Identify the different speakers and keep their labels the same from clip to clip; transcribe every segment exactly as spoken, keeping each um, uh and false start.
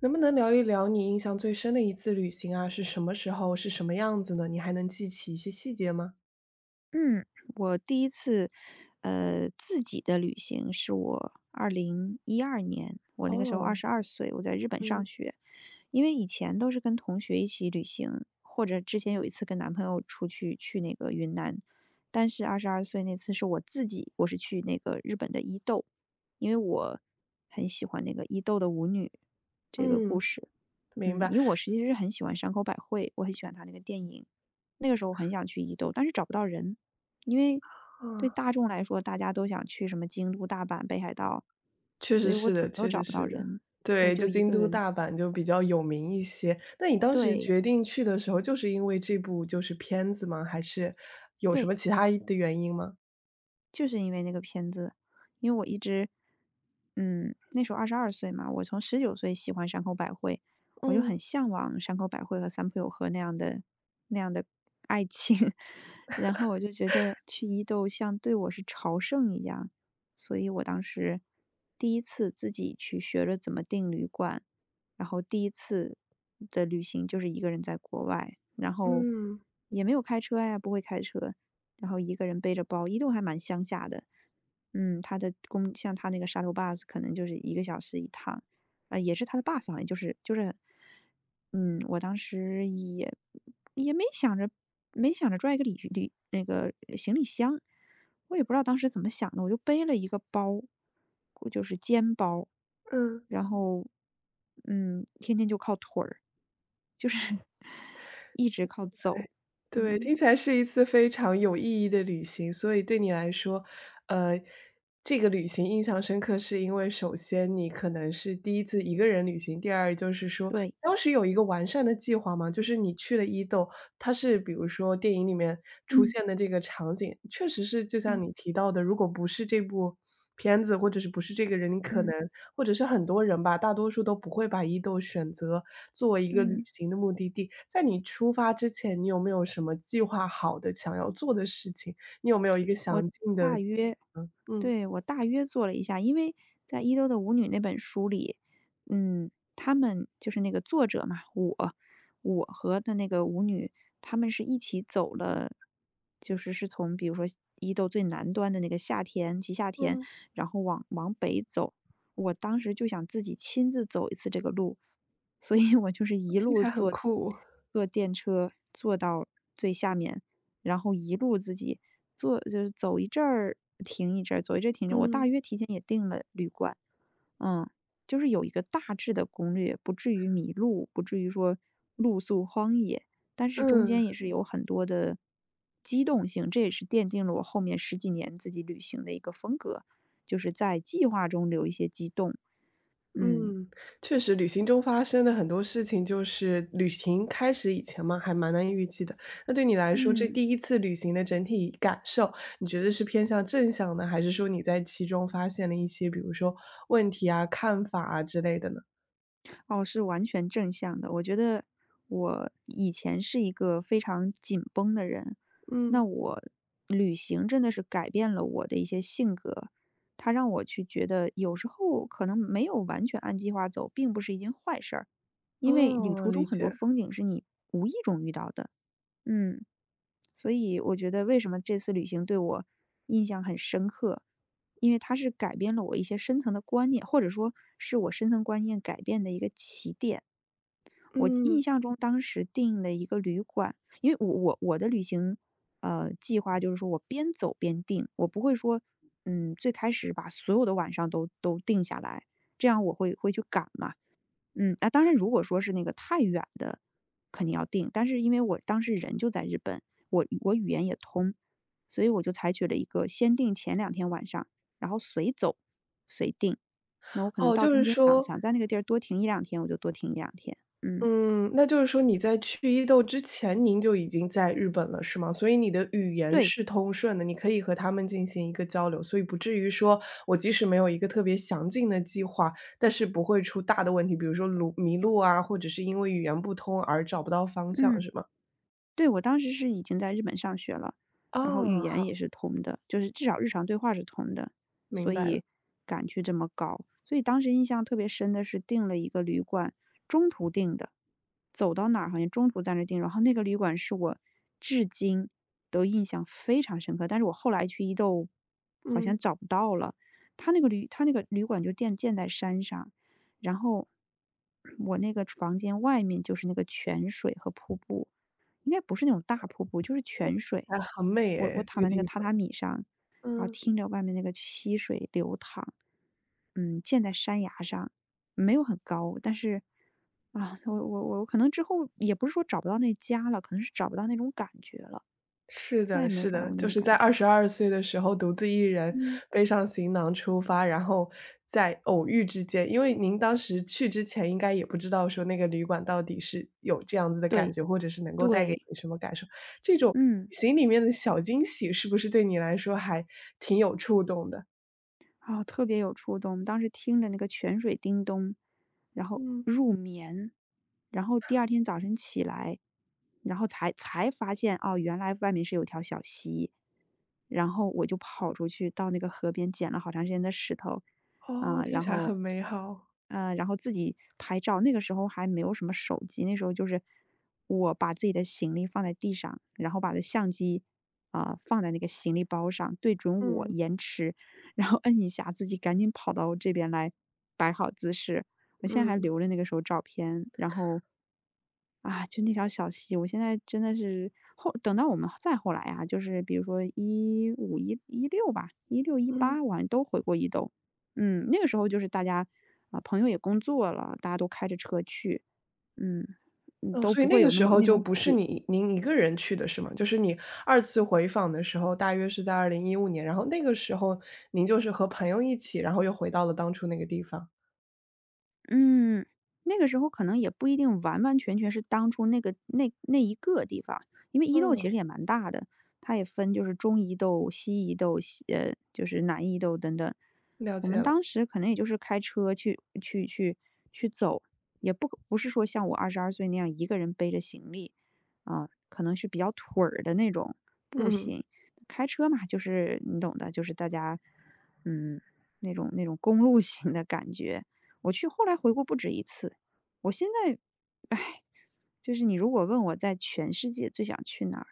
Speaker 1: 能不能聊一聊你印象最深的一次旅行啊，是什么时候，是什么样子呢？你还能记起一些细节吗？
Speaker 2: 嗯，我第一次，呃，自己的旅行是我二零一二年，我那个时候二
Speaker 1: 哦，
Speaker 2: 十二岁，我在日本上
Speaker 1: 嗯，
Speaker 2: 学。因为以前都是跟同学一起旅行，或者之前有一次跟男朋友出去去那个云南，但是二十二岁那次是我自己，我是去那个日本的伊豆，因为我很喜欢那个伊豆的舞女这个故
Speaker 1: 嗯，
Speaker 2: 事。
Speaker 1: 明
Speaker 2: 嗯，
Speaker 1: 白。
Speaker 2: 因为我实际是很喜欢山口百惠，我很喜欢她那个电影。那个时候我很想去伊豆，但是找不到人，因为对
Speaker 1: 啊，
Speaker 2: 大众来说，大家都想去什么京都、大阪、北海道，
Speaker 1: 确
Speaker 2: 所
Speaker 1: 实
Speaker 2: 以我
Speaker 1: 是
Speaker 2: 怎
Speaker 1: 的，
Speaker 2: 么都
Speaker 1: 确
Speaker 2: 找
Speaker 1: 实
Speaker 2: 不到
Speaker 1: 是的。
Speaker 2: 人，我
Speaker 1: 对，
Speaker 2: 就
Speaker 1: 就
Speaker 2: 一
Speaker 1: 京
Speaker 2: 个
Speaker 1: 都、
Speaker 2: 人。
Speaker 1: 大阪就比较有名一些。那你当时
Speaker 2: 对
Speaker 1: 决定去的时候，就是因为这部就是片子吗？还是有什
Speaker 2: 对，
Speaker 1: 么其他的原因吗？
Speaker 2: 就是因为那个片子，因为我一直，嗯，那时候二十二岁嘛，我从十九岁喜欢山口百惠，我就
Speaker 1: 嗯，
Speaker 2: 很向往山口百惠和三浦友和那样的那样的爱情，然后我就觉得去伊豆像对我是朝圣一样，所以我当时第一次自己去学着怎么订旅馆，然后第一次的旅行就是一个人在国外，然后
Speaker 1: 嗯，
Speaker 2: 也没有开车呀，不会开车，然后一个人背着包，伊顿还蛮乡下的。嗯，他的公像他那个沙头坝 bus 可能就是一个小时一趟，啊，也是他的 bus 好像就是就是嗯，我当时也也没想着没想着拽个旅旅那个行李箱，我也不知道当时怎么想的，我就背了一个包，就是肩包，
Speaker 1: 嗯。
Speaker 2: 然后，嗯，天天就靠腿儿，就是 一直靠走。
Speaker 1: 对，
Speaker 2: 嗯，
Speaker 1: 听起来是一次非常有意义的旅行。所以对你来说，呃，这个旅行印象深刻，是因为首先你可能是第一次一个人旅行，第二就是说
Speaker 2: 对，
Speaker 1: 当时有一个完善的计划嘛。就是你去了伊豆，它是比如说电影里面出
Speaker 2: 嗯，
Speaker 1: 现的这个场景，确实是就像
Speaker 2: 嗯，
Speaker 1: 你提到的，如果不是这部片子，或者是不是这个人，你可能
Speaker 2: 嗯。
Speaker 1: 或者是很多人吧，大多数都不会把伊豆选择作为一个旅嗯
Speaker 2: 嗯，
Speaker 1: 行的目的地。在你出发之前，你有没有什么计划好的想要做的事情？你有没有一个
Speaker 2: 我
Speaker 1: 详尽的
Speaker 2: 大
Speaker 1: 计
Speaker 2: 约
Speaker 1: 嗯，
Speaker 2: 对，我大约做了一下，因为在伊豆的舞女那本书里，嗯，他们就是那个作者嘛，我我和的那个舞女，他们是一起走了，就是是从比如说伊豆最南端的那个下田吉下田，
Speaker 1: 嗯，
Speaker 2: 然后往往北走。我当时就想自己亲自走一次这个路，所以我就是一
Speaker 1: 听起
Speaker 2: 路
Speaker 1: 来很
Speaker 2: 坐
Speaker 1: 酷哦，
Speaker 2: 坐电车坐到最下面，然后一路自己坐就是走一阵儿停一阵儿，走一阵儿停一阵儿我大
Speaker 1: 嗯，
Speaker 2: 约提前也订了旅馆，嗯，就是有一个大致的攻略，不至于迷路，不至于说露宿荒野，但是中
Speaker 1: 嗯。
Speaker 2: 间也是有很多的机动性，这也是奠定了我后面十几年自己旅行的一个风格，就是在计划中留一些机动。嗯
Speaker 1: 嗯，确实，旅行中发生的很多事情，就是旅行开始以前嘛，还蛮难以预计的。那对你来说，这
Speaker 2: 嗯。
Speaker 1: 第一次旅行的整体感受，你觉得是偏向正向呢，还是说你在其中发现了一些，比如说问题啊、看法啊之类的呢？
Speaker 2: 哦，是完全正向的。我觉得我以前是一个非常紧绷的人，那
Speaker 1: 嗯，
Speaker 2: 我旅行真的是改变了我的一些性格，它让我去觉得有时候可能没有完全按计划走，并不是一件坏事儿，因为旅
Speaker 1: 哦，
Speaker 2: 途中
Speaker 1: 理
Speaker 2: 很多
Speaker 1: 解。
Speaker 2: 风景是你无意中遇到的。嗯，所以我觉得为什么这次旅行对我印象很深刻，因为它是改变了我一些深层的观念，或者说是我深层观念改变的一个起点。我印
Speaker 1: 嗯，
Speaker 2: 象中当时订了一个旅馆，因为我我我的旅行，呃，计划就是说我边走边定，我不会说，嗯，最开始把所有的晚上都都定下来，这样我会会去赶嘛。嗯，那当然如果说是那个太远的，肯定要定，但是因为我当时人就在日本，我我语言也通，所以我就采取了一个先定前两天晚上，然后随走随定。那我可能
Speaker 1: 哦，
Speaker 2: 到
Speaker 1: 就
Speaker 2: 中
Speaker 1: 是
Speaker 2: 间想
Speaker 1: 说
Speaker 2: 想在那个地儿多停一两天，我就多停一两天。嗯。
Speaker 1: 嗯，那就是说你在去伊豆之前，您就已经在日本了，是吗？所以你的语言
Speaker 2: 对，
Speaker 1: 是通顺的，你可以和他们进行一个交流，所以不至于说我即使没有一个特别详尽的计划，但是不会出大的问题，比如说路迷路啊，或者是因为语言不通而找不到方向，
Speaker 2: 嗯。
Speaker 1: 是吗？
Speaker 2: 对，我当时是已经在日本上学了，然后语
Speaker 1: 啊，
Speaker 2: 言
Speaker 1: 好，
Speaker 2: 也是通的，就是至少日常对话是通的，所
Speaker 1: 明白了，
Speaker 2: 以敢去这么搞。所以当时印象特别深的是订了一个旅馆，中途订的，走到哪儿好像中途在那儿订，然后那个旅馆是我至今都印象非常深刻，但是我后来去伊豆好像
Speaker 1: 嗯，
Speaker 2: 找不到了，他那个旅他那个旅馆就建建在山上，然后我那个房间外面就是那个泉水和瀑布。应该不是那种大瀑布，就是泉水。
Speaker 1: 还很美
Speaker 2: 我我
Speaker 1: 诶，这
Speaker 2: 躺
Speaker 1: 个
Speaker 2: 在那个
Speaker 1: 地
Speaker 2: 榻
Speaker 1: 方，
Speaker 2: 榻米上，然后
Speaker 1: 嗯。
Speaker 2: 听着外面那个溪水流淌，嗯，建在山崖上，没有很高，但是啊，我我我可能之后也不是说找不到那家了，可能是找不到那种感觉了，
Speaker 1: 是
Speaker 2: 再也
Speaker 1: 的，
Speaker 2: 没有
Speaker 1: 是
Speaker 2: 找到
Speaker 1: 的，
Speaker 2: 过那
Speaker 1: 就
Speaker 2: 种
Speaker 1: 是
Speaker 2: 感
Speaker 1: 在二
Speaker 2: 觉。
Speaker 1: 十二岁的时候独自一人
Speaker 2: 嗯。
Speaker 1: 背上行囊出发，然后在偶遇之间因为您当时去之前应该也不知道说那个旅馆到底是有这样子的感
Speaker 2: 对
Speaker 1: 觉，或者是能够带给
Speaker 2: 对，
Speaker 1: 你什么感受。这种
Speaker 2: 嗯。
Speaker 1: 旅行里面的小惊喜是不是对你来说还挺有触动的？
Speaker 2: 啊，特别有触动。当时听着那个泉水叮咚，然后
Speaker 1: 嗯。
Speaker 2: 入眠，然后第二天早晨起来，然后才才发现哦，原来外面是有条小溪。然后我就跑出去到那个河边捡了好长时间的石头，
Speaker 1: 哦，
Speaker 2: 啊、
Speaker 1: 听
Speaker 2: 然
Speaker 1: 起来
Speaker 2: 后，
Speaker 1: 很美好。
Speaker 2: 呃，然后自己拍照。那个时候还没有什么手机，那时候就是我把自己的行李放在地上，然后把的相机啊、放在那个行李包上，对准我
Speaker 1: 嗯，
Speaker 2: 延迟，然后摁一下自己赶紧跑到这边来摆好姿势。我现在还
Speaker 1: 嗯，
Speaker 2: 留着那个时候照片，然后啊，就那条小溪，我现在真的是后等到我们再后来啊，就是比如说一五一一六吧，一六一
Speaker 1: 嗯。
Speaker 2: 八，我好像都回过一兜。嗯，那个时候就是大家啊、朋友也工作了，大家都开着车去，嗯嗯，
Speaker 1: 哦，
Speaker 2: 都
Speaker 1: 所以
Speaker 2: 不会
Speaker 1: 那个
Speaker 2: 有那
Speaker 1: 时
Speaker 2: 么
Speaker 1: 候
Speaker 2: 那
Speaker 1: 就
Speaker 2: 种
Speaker 1: 不是
Speaker 2: 苦
Speaker 1: 你您一个人去的是吗？就是你二次回访的时候，大约是在二零一五年，然后那个时候您就是和朋友一起，然后又回到了当初那个地方。
Speaker 2: 嗯，那个时候可能也不一定完完全全是当初那个那那一个地方，因为伊豆其
Speaker 1: 嗯，
Speaker 2: 实也蛮大的，它也分就是中伊豆、西伊豆、西呃就是南伊豆等等。
Speaker 1: 了
Speaker 2: 我
Speaker 1: 解
Speaker 2: 们
Speaker 1: 了。
Speaker 2: 当时可能也就是开车去去去去走，也不不是说像我二十二岁那样一个人背着行李，啊、可能是比较腿儿的那种步
Speaker 1: 嗯，
Speaker 2: 行。开车嘛，就是你懂的，就是大家嗯那种那种公路 型的感觉。我去后来回过不止一次。我现在，哎，就是你如果问我在全世界最想去哪儿，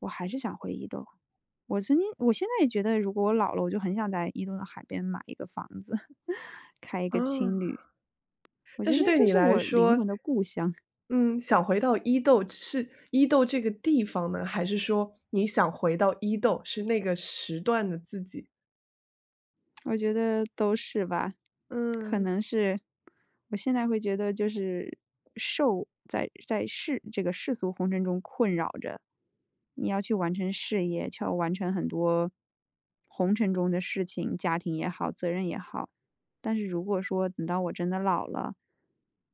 Speaker 2: 我还是想回伊豆。我曾经，我现在也觉得，如果我老了，我就很想在伊豆的海边买一个房子，开一个青
Speaker 1: 啊，
Speaker 2: 旅。我觉
Speaker 1: 但
Speaker 2: 得
Speaker 1: 是
Speaker 2: 那
Speaker 1: 对
Speaker 2: 就
Speaker 1: 你
Speaker 2: 是
Speaker 1: 来
Speaker 2: 我灵
Speaker 1: 说，
Speaker 2: 魂的故乡。
Speaker 1: 嗯，想回到伊豆是伊豆这个地方呢，还是说你想回到伊豆，是那个时段的自己？
Speaker 2: 我觉得都是吧，可
Speaker 1: 嗯，
Speaker 2: 能是我现在会觉得就是受在在世这个世俗红尘中困扰着，你要去完成事业，去要完成很多红尘中的事情，家庭也好，责任也好。但是如果说等到我真的老了，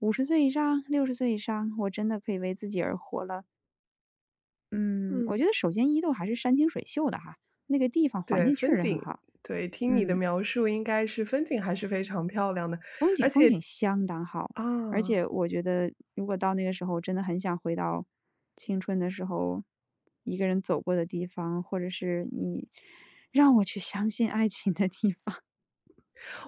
Speaker 2: 五十岁以上、六十岁以上，我真的可以为自己而活了。嗯，我觉
Speaker 1: 嗯，
Speaker 2: 得首先伊豆还是山清水秀的哈，那个地方环
Speaker 1: 对，
Speaker 2: 境确
Speaker 1: 风
Speaker 2: 实很
Speaker 1: 景
Speaker 2: 好。
Speaker 1: 对，听你的
Speaker 2: 嗯，
Speaker 1: 描述应该是风景还是非常漂亮的，
Speaker 2: 风景
Speaker 1: 而
Speaker 2: 风景
Speaker 1: 且
Speaker 2: 相当好，
Speaker 1: 啊，
Speaker 2: 而且我觉得如果到那个时候，真的很想回到青春的时候，一个人走过的地方，或者是你让我去相信爱情的地方。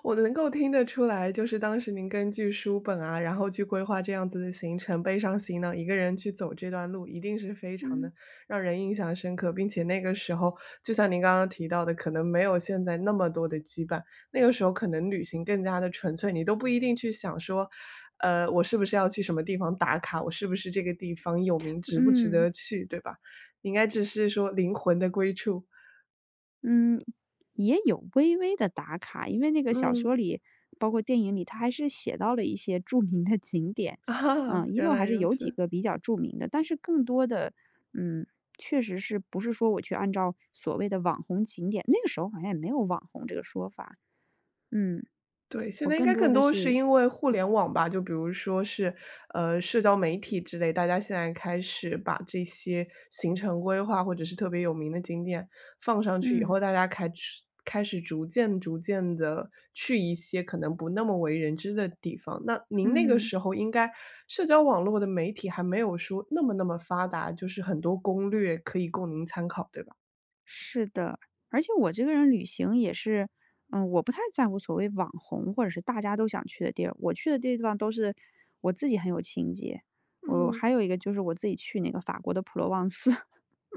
Speaker 1: 我能够听得出来，就是当时您根据书本啊，然后去规划这样子的行程，背上行囊，一个人去走这段路，一定是 非常的
Speaker 2: 嗯
Speaker 1: 让人印象深刻，并且那个时候就像您刚刚提到的，可能没有现在那么多的羁绊，那个时候可能旅行更加的纯粹，你都不一定去想说，呃，我是不是要去什么地方打卡，我是不是这个地方有名，值不值
Speaker 2: 嗯。
Speaker 1: 得去，对吧？应该只是说灵魂的归处。
Speaker 2: 嗯，也有微微的打卡，因为那个小
Speaker 1: 嗯，
Speaker 2: 说里，包括电影里，他还是写到了一些著名的景点，
Speaker 1: 啊，
Speaker 2: 嗯，一
Speaker 1: 原
Speaker 2: 六
Speaker 1: 来
Speaker 2: 还是
Speaker 1: 如
Speaker 2: 有几
Speaker 1: 此。
Speaker 2: 个比较著名的，但是更多的，嗯，确实是不是说我去按照所谓的网红景点，那个时候好像也没有网红这个说法，嗯，
Speaker 1: 对，现
Speaker 2: 我
Speaker 1: 在应
Speaker 2: 更
Speaker 1: 该
Speaker 2: 多
Speaker 1: 更
Speaker 2: 的
Speaker 1: 多是
Speaker 2: 是，
Speaker 1: 因为互联网吧，就比如说是，呃，社交媒体之类，大家现在开始把这些行程规划或者是特别有名的景点放上去以
Speaker 2: 嗯
Speaker 1: 后，大家开始开始逐渐逐渐的去一些可能不那么为人知的地方。那您那个
Speaker 2: 嗯。
Speaker 1: 时候应该社交网络的媒体还没有说那么那么发达，就是很多攻略可以供您参考，对吧？
Speaker 2: 是的，而且我这个人旅行也是，嗯，我不太在乎所谓网红或者是大家都想去的地儿，我去的地方都是我自己很有情节。我
Speaker 1: 嗯，
Speaker 2: 还有一个就是我自己去那个法国的普罗旺斯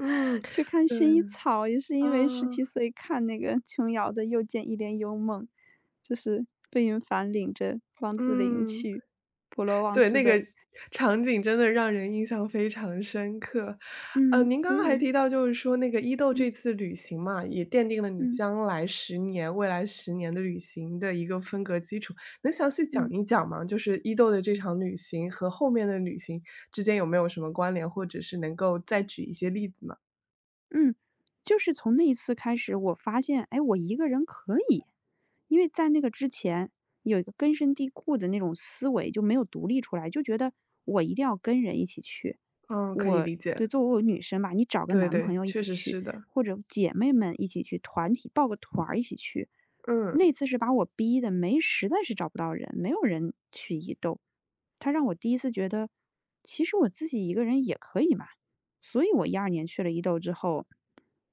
Speaker 1: 嗯，
Speaker 2: 去看
Speaker 1: 对，
Speaker 2: 薰衣草，也是因为十
Speaker 1: 啊，
Speaker 2: 七岁看那个琼瑶的《又见一帘幽梦》，就是费云凡领着汪自菱
Speaker 1: 嗯。
Speaker 2: 去普罗旺
Speaker 1: 对，
Speaker 2: 斯
Speaker 1: 那
Speaker 2: 的，
Speaker 1: 个场景真的让人印象非常深刻。呃，
Speaker 2: 嗯，
Speaker 1: 您
Speaker 2: 所
Speaker 1: 刚
Speaker 2: 以
Speaker 1: 刚
Speaker 2: 我
Speaker 1: 还
Speaker 2: 就
Speaker 1: 提到就是说那个伊豆
Speaker 2: 嗯
Speaker 1: 这次旅行嘛，也奠定了你
Speaker 2: 嗯
Speaker 1: 将来十年未来十年的旅行的一个风格基础。能详细讲
Speaker 2: 嗯。
Speaker 1: 一讲吗？就是伊豆的这场旅行和后面的旅行之间有没有什么关联，或者是能够再举一些例子吗？
Speaker 2: 嗯，就是从那一次开始，我发现，哎，我一个人可以，因为在那个之前有一个根深蒂固的那种思维，就没有独立出来，就觉得我一定要跟人一起去。
Speaker 1: 嗯，可以
Speaker 2: 我
Speaker 1: 理解，
Speaker 2: 对作为我女生吧，你找个
Speaker 1: 对
Speaker 2: 男朋
Speaker 1: 对，
Speaker 2: 友一
Speaker 1: 确
Speaker 2: 起
Speaker 1: 实
Speaker 2: 去，
Speaker 1: 是的，
Speaker 2: 或者姐妹们一起去，团体报个团儿一起去。
Speaker 1: 嗯。
Speaker 2: 那次是把我逼的，没实在是找不到人，没有人去移动。他让我第一次觉得，其实我自己一个人也可以嘛。所以我一二年去了伊豆之后，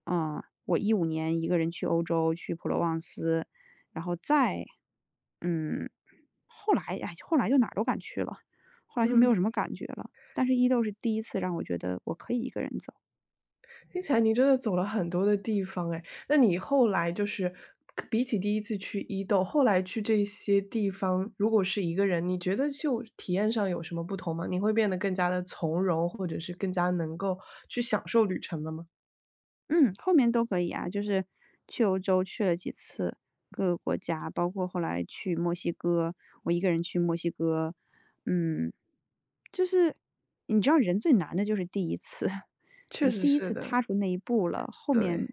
Speaker 2: 嗯，我一五年一个人去欧洲，去普罗旺斯，然后再嗯，后来哎，后来就哪儿都敢去了，后来就没有什么感觉了。但是伊豆是第一次让我觉得我可以一个人走。
Speaker 1: 听起来你真的走了很多的地方哎，那你后来就是比起第一次去伊豆，后来去这些地方，如果是一个人，你觉得就体验上有什么不同吗？你会变得更加的从容，或者是更加能够去享受旅程了吗？
Speaker 2: 嗯，后面都可以啊，就是去欧洲去了几次，各个国家，包括后来去墨西哥，我一个人去墨西哥，嗯，就是你知道人最难的就是第一次，
Speaker 1: 确
Speaker 2: 你
Speaker 1: 实
Speaker 2: 第一
Speaker 1: 是
Speaker 2: 次
Speaker 1: 的，
Speaker 2: 踏出那一步了，后面
Speaker 1: 对，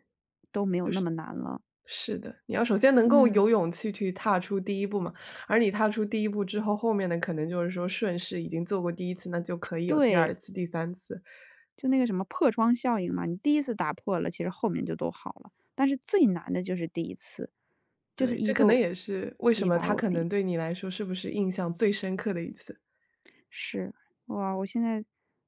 Speaker 2: 都没有那么难了。
Speaker 1: 是的，你要首先能够
Speaker 2: 嗯，
Speaker 1: 有勇气去踏出第一步嘛，而你踏出第一步之后，后面的可能就是说顺势已经做过第一次，那就可以有第
Speaker 2: 对，
Speaker 1: 二次、第三次。
Speaker 2: 就那个什么破窗效应嘛，你第一次打破了，其实后面就都好了，但是最难的就是第一次，就是
Speaker 1: 对，
Speaker 2: 伊
Speaker 1: 这可能
Speaker 2: 豆
Speaker 1: 也是为什
Speaker 2: 激
Speaker 1: 么
Speaker 2: 发了
Speaker 1: 他
Speaker 2: 我
Speaker 1: 可
Speaker 2: 第一
Speaker 1: 能
Speaker 2: 次。
Speaker 1: 对你来说是不是印象最深刻的一次。
Speaker 2: 是，哇，我现在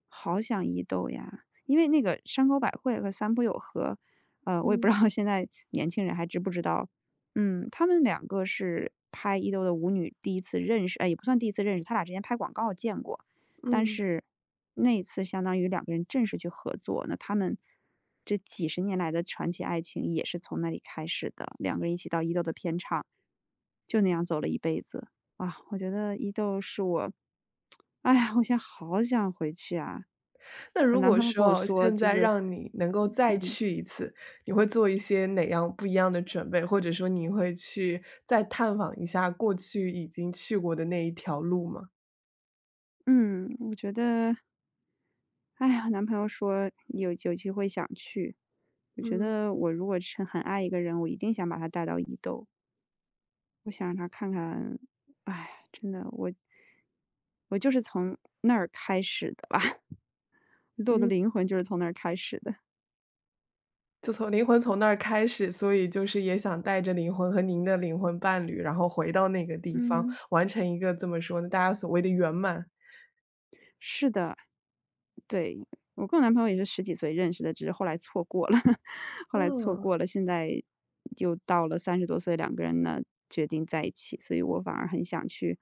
Speaker 2: 好想伊豆呀，因为那个山口百惠和三浦友和，呃，我也不知
Speaker 1: 嗯
Speaker 2: 道现在年轻人还知不知道，嗯，他们两个是拍伊豆的舞女第一次认识，哎，也不算第一次认识，他俩之前拍广告见过，但
Speaker 1: 嗯。
Speaker 2: 是那一次相当于两个人正式去合作，那他们这几十年来的传奇爱情也是从那里开始的，两个人一起到伊豆的片场，就那样走了一辈子。啊，我觉得伊豆是我，哎呀，我现在好想回去啊！
Speaker 1: 那
Speaker 2: 我
Speaker 1: 如
Speaker 2: 男
Speaker 1: 果
Speaker 2: 朋友跟我
Speaker 1: 说哦
Speaker 2: 说，
Speaker 1: 现
Speaker 2: 就
Speaker 1: 在
Speaker 2: 是，
Speaker 1: 让你能够再
Speaker 2: 嗯
Speaker 1: 去一次，你会做一些哪样不一样的准备？或者说你会去再探访一下过去已经去过的那一条路吗？
Speaker 2: 嗯，嗯我觉得，哎呀，我男朋友说有有机会想去。我觉
Speaker 1: 嗯
Speaker 2: 得我如果是很爱一个人，我一定想把他带到伊豆，我想让他看看。哎，真的，我我就是从那儿开始的吧，伊豆的
Speaker 1: 嗯。
Speaker 2: 灵魂就是从那儿开始的。
Speaker 1: 就从灵魂从那儿开始，所以就是也想带着灵魂和您的灵魂伴侣，然后回到那个地方，
Speaker 2: 嗯，
Speaker 1: 完成一个怎么说呢，大家所谓的圆满。
Speaker 2: 是的，对，我跟我男朋友也是十几岁认识的，只是后来错过了，后来错
Speaker 1: 嗯。
Speaker 2: 过了，现在又到了三十多岁，两个人呢，决定在一起，所以我反而很想去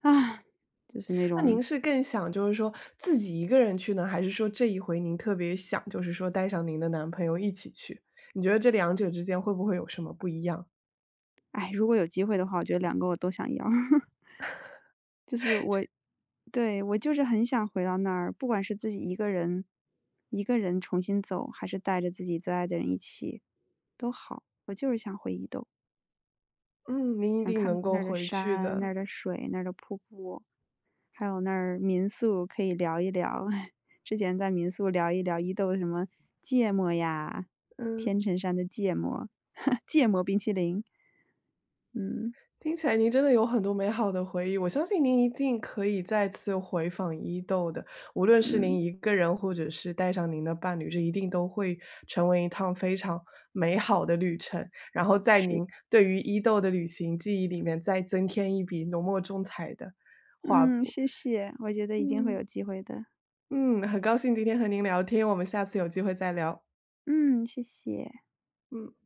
Speaker 2: 啊，就是那
Speaker 1: 那
Speaker 2: 种，
Speaker 1: 您是更想就是说自己一个人去呢，还是说这一回您特别想就是说带上您的男朋友一起去？你觉得这两者之间会不会有什么不一样？
Speaker 2: 哎，如果有机会的话，我觉得两个我都想要。就是我对，我就是很想回到那儿，不管是自己一个人一个人重新走，还是带着自己最爱的人一起，都好，我就是想回伊豆，
Speaker 1: 嗯，您一
Speaker 2: 想
Speaker 1: 定
Speaker 2: 看看
Speaker 1: 能够
Speaker 2: 那儿的
Speaker 1: 回去
Speaker 2: 山、那
Speaker 1: 的，
Speaker 2: 儿的水、那儿的瀑布。还有那儿民宿可以聊一聊，之前在民宿聊一聊伊豆什么芥末呀，
Speaker 1: 嗯。
Speaker 2: 天成山的芥末，芥末冰淇淋，嗯，
Speaker 1: 听起来您真的有很多美好的回忆，我相信您一定可以再次回访伊豆的。无论是
Speaker 2: 嗯，
Speaker 1: 您一个人，或者是带上您的伴侣，这一定都会成为一趟非常美好的旅程。然后在
Speaker 2: 是，
Speaker 1: 您对于伊豆的旅行记忆里面，再增添一笔浓墨重彩的画
Speaker 2: 嗯，
Speaker 1: 布。
Speaker 2: 谢谢，我觉得一定会有
Speaker 1: 嗯
Speaker 2: 机会的，
Speaker 1: 嗯，很高兴今天和您聊天，我们下次有机会再聊。
Speaker 2: 嗯，谢谢。
Speaker 1: 嗯。